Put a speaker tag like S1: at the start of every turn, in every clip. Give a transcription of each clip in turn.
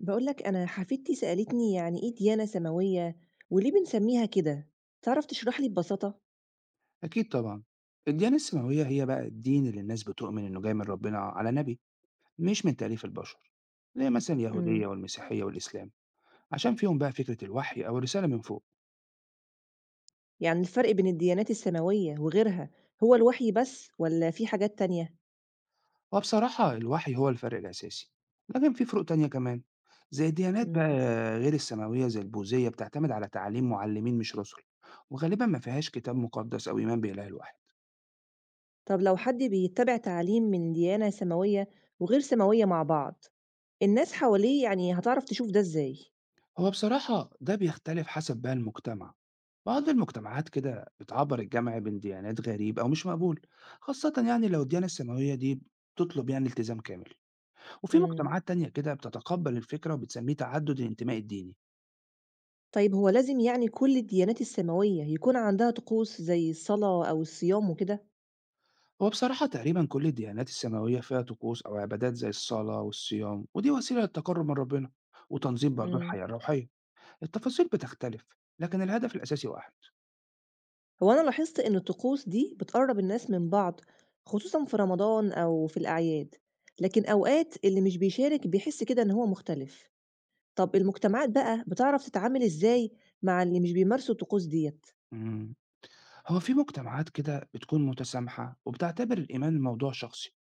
S1: باقول لك أنا حفيدتي سألتني يعني إيه ديانة سماوية وليه بنسميها كده؟ تعرف تشرح لي ببساطة؟
S2: أكيد طبعا. الديانة السماوية هي بقى الدين اللي الناس بتؤمن إنه جاي من ربنا على نبي، مش من تأليف البشر، زي مثلا
S1: إمم،
S2: اليهودية والمسيحية والإسلام، عشان فيهم بقى فكرة الوحي أو الرسالة من فوق.
S1: يعني الفرق بين الديانات السماوية وغيرها هو الوحي بس والّا في حاجات تانية؟
S2: وبصراحة الوحي هو الفرق الأساسي، لكن في فروق تانية كمان، زي الديانات بقى
S1: إمم،
S2: غير السماوية زي البوذية بتعتمد على تعليم معلمين مش رسل، وغالبا ما فيهاش كتاب مقدس أو إيمان بإله الوحي.
S1: طب لو حد بيتبع تعليم من ديانة سماوية وغير سماوية مع بعض، الناس حواليه يعني هتعرف تشوف ده إزاي؟
S2: هو بصراحة ده بيختلف حسب بقى المجتمع. بعض المجتمعات كده بتعبر الجمع بين ديانات غريب أو مش مقبول، خاصة يعني لو الديانة السماوية دي بتطلب يعني التزام كامل. وفي
S1: إمم،
S2: مجتمعات تانية كده بتتقبل الفكرة وبتسميه تعدد الانتماء الديني.
S1: طيب هو لازم يعني كل الديانات السماوية يكون عندها طقوس زي الصلاة أو الصيام وكده؟
S2: هو بصراحة تقريبا كل الديانات السماوية فيها طقوس أو عبادات زي الصلاة والصيام، ودي وسيلة للتقرب من ربنا وتنظيم برضه
S1: إمم.
S2: الحياة الروحية. التفاصيل بتختلف، لكن الهدف الأساسي واحد.
S1: هو أنا لاحظت إن الطقوس دي بتقرب الناس من بعض، خصوصا في رمضان أو في الأعياد، لكن أوقات اللي مش بيشارك بيحس كده إن هو مختلف. طب المجتمعات بقى بتعرف تتعامل إزاي مع اللي مش بيمارسوا الطقوس ديت؟
S2: مم. هو في مجتمعات كده بتكون متسامحة وبتعتبر الإيمان موضوع شخصي،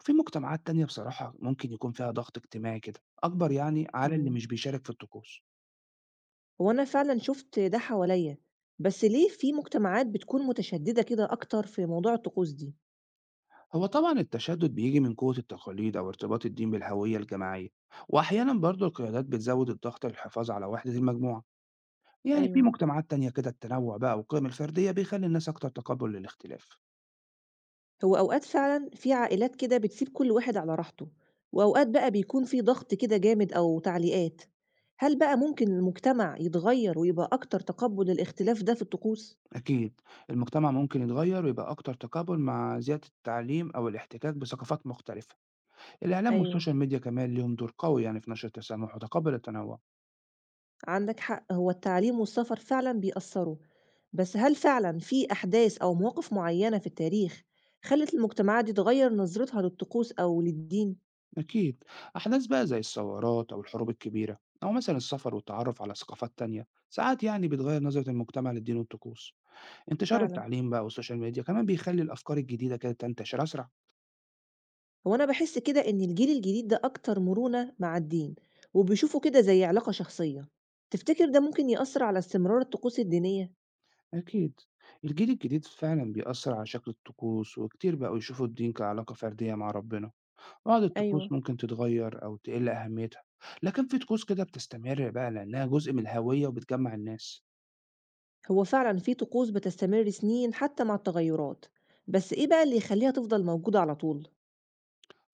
S2: وفي مجتمعات تانية بصراحة ممكن يكون فيها ضغط اجتماعي كده أكبر يعني على اللي
S1: مم.
S2: مش بيشارك في الطقوس.
S1: هو أنا فعلا شفت ده حواليا، بس ليه في مجتمعات بتكون متشددة كده أكتر في موضوع الطقوس دي؟
S2: هو طبعا التشدد بيجي من قوة التقاليد أو ارتباط الدين بالهوية الجماعية، وأحيانا برضو القيادات بتزود الضغط للحفاظ على وحدة المجموعة. يعني في
S1: أيوه،
S2: مجتمعات تانية كده التنوع بقى والقيم الفردية بيخلي الناس أكتر تقبل للاختلاف.
S1: هو أوقات فعلًا في عائلات كده بتسيب كل واحد على راحته، وأوقات بقى بيكون في ضغط كده جامد أو تعليقات، هل بقى ممكن المجتمع يتغير ويبقى أكتر تقبُّل للاختلاف ده في الطقوس؟
S2: أكيد، المجتمع ممكن يتغير ويبقى أكتر تقبل مع زيادة التعليم أو الاحتكاك بثقافات مختلفة. الإعلام
S1: أيوه،
S2: والسوشيال ميديا كمان ليهم دور قوي يعني في نشر التسامح وتقبل التنوع.
S1: عندك حق، هو التعليم والسفر فعلًا بيأثّروا، بس هل فعلًا في أحداث أو مواقف معيّنة في التاريخ خلّت المجتمعات دي تغيّر نظرتها للطقوس أو للدين؟
S2: أكيد، أحداث بقى زي الثورات أو الحروب الكبيرة، أو مثلا السفر والتعرف على ثقافات تانية ساعات يعني بتغير نظرة المجتمع للدين والطقوس. انتشار
S1: فعلًا.
S2: التعليم بقى والسوشيال ميديا كمان بيخلي الأفكار الجديدة كده تنتشر أسرع.
S1: هو أنا باحس كده إن الجيل الجديد ده أكتر مرونة مع الدين، وبيشوفوا كده زي علاقة شخصية، تفتكر ده ممكن يأثر على استمرار الطقوس الدينية؟
S2: أكيد، الجيل الجديد فعلا بيأثر على شكل الطقوس، وكتير بقوا يشوفوا الدين كعلاقة فردية مع ربنا. بعض
S1: أيوه.
S2: الطقوس ممكن تتغير أو تقل أهميتها، لكن في طقوس كده بتستمر بقى لأنها جزء من الهوية وبتجمع الناس.
S1: هو فعلا في طقوس بتستمر سنين حتى مع التغيرات، بس إيه بقى اللي يخليها تفضل موجودة على طول؟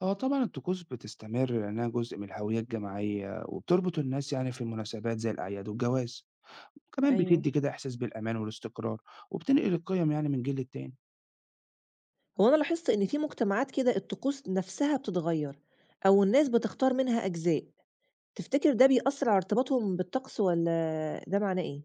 S2: آه طبعًا، الطقوس بتستمر لأنها جزء من الهوية الجماعية، وبتربط الناس يعني في المناسبات زي الأعياد والجواز، وكمان
S1: أيوه،
S2: بتدّي كده إحساس بالأمان والاستقرار، وبتنقل القيم يعني من جيل للتاني.
S1: هو أنا لاحظت إن في مجتمعات كده الطقوس نفسها بتتغير أو الناس بتختار منها أجزاء، تفتكر ده بيأثر على ارتباطهم بالطقس ولا ده معناه إيه؟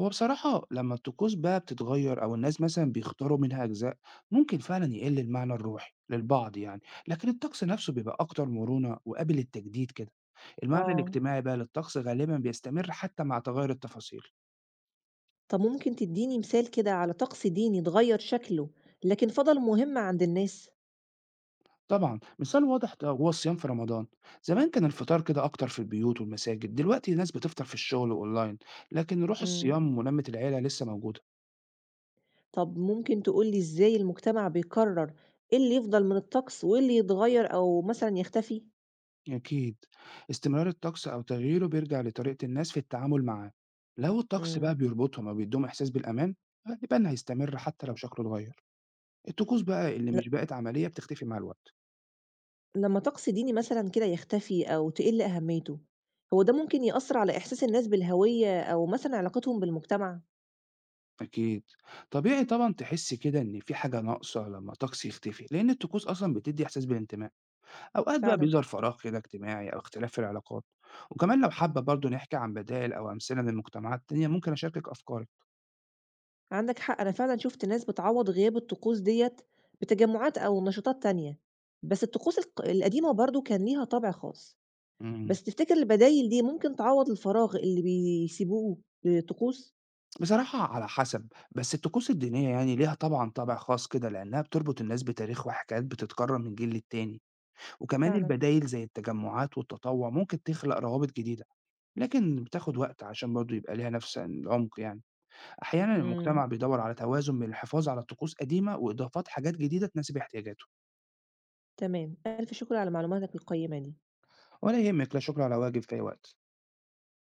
S2: هو بصراحة لمّا الطقوس بقى بتتغيّر أو الناس مثلًا بيختاروا منها أجزاء، ممكن فعلًا يقل المعنى الروحي للبعض يعني، لكن الطقس نفسه بيبقى أكتر مرونة وقابل للتجديد كده. المعنى
S1: آه.
S2: الاجتماعي بقى للطقس غالبًا بيستمر حتى مع تغيّر التفاصيل.
S1: طب ممكن تدّيني مثال كده على طقس ديني اتغيّر شكله، لكن فضل مهم عند الناس؟
S2: طبعًا، مثال واضح ده هو الصيام في رمضان، زمان كان الفطار كده أكتر في البيوت والمساجد، دلوقتي الناس بتفطر في الشغل وأونلاين، لكن روح
S1: إمم.
S2: الصيام ولمة العيلة لسه موجودة.
S1: طب ممكن تقول لي إزاي المجتمع بيقرر إيه اللي يفضل من الطقس وإيه اللي يتغيّر أو مثلًا يختفي؟
S2: أكيد، استمرار الطقس أو تغييره بيرجع لطريقة الناس في التعامل معاه. لو الطقس
S1: إمم.
S2: بقى بيربطهم أو بيديهم إحساس بالأمان غالبًا هيستمر حتى لو شكله اتغير. الطقوس بقى اللي
S1: ل
S2: مش بقت عملية بتختفي مع الوقت.
S1: لمّا طقس ديني مثلًا كده يختفي أو تقِل أهميته، هو ده ممكن يأثّر على إحساس الناس بالهوية أو مثلًا علاقتهم بالمجتمع؟
S2: أكيد، طبيعي طبعًا تحس كده إن في حاجة ناقصة لما الطقس يختفي، لأن الطقوس أصلًا بتدي إحساس بالانتماء. أوقات بقى
S1: فعلًا.
S2: بيظهر فراغ كده اجتماعي أو اختلاف في العلاقات، وكمان لو حابة برضه نحكي عن بدائل أو أمثلة من مجتمعات تانية ممكن أشاركك أفكاري.
S1: عندك حق، أنا فعلًا شُفت ناس بتعوّض غياب الطقوس ديّة بتجمُّعات أو نشاطات تانية، بس الطقوس القديمة برضه كان ليها طابع خاص،
S2: مم.
S1: بس تفتكر البدايل دي ممكن تعوّض الفراغ اللي بيسيبوه للطقوس؟
S2: بصراحة على حسب، بس الطقوس الدينية يعني ليها طبعا طابع خاص كده لأنها بتربط الناس بتاريخ وحكايات بتتكرر من جيل للتاني. وكمان
S1: فعلًا.
S2: البدائل زي التجمعات والتطوع ممكن تخلق روابط جديدة، لكن بتاخد وقت عشان برضه يبقى ليها نفس العمق يعني. أحيانا
S1: إمم،
S2: المجتمع بيدور على توازن بين الحفاظ على طقوس قديمة وإضافات حاجات جديدة تناسب احتياجاته.
S1: تمام، ألف شكر على معلوماتك القيّمة دي.
S2: ولا يهمك، لا شكر على واجب، في أي وقت.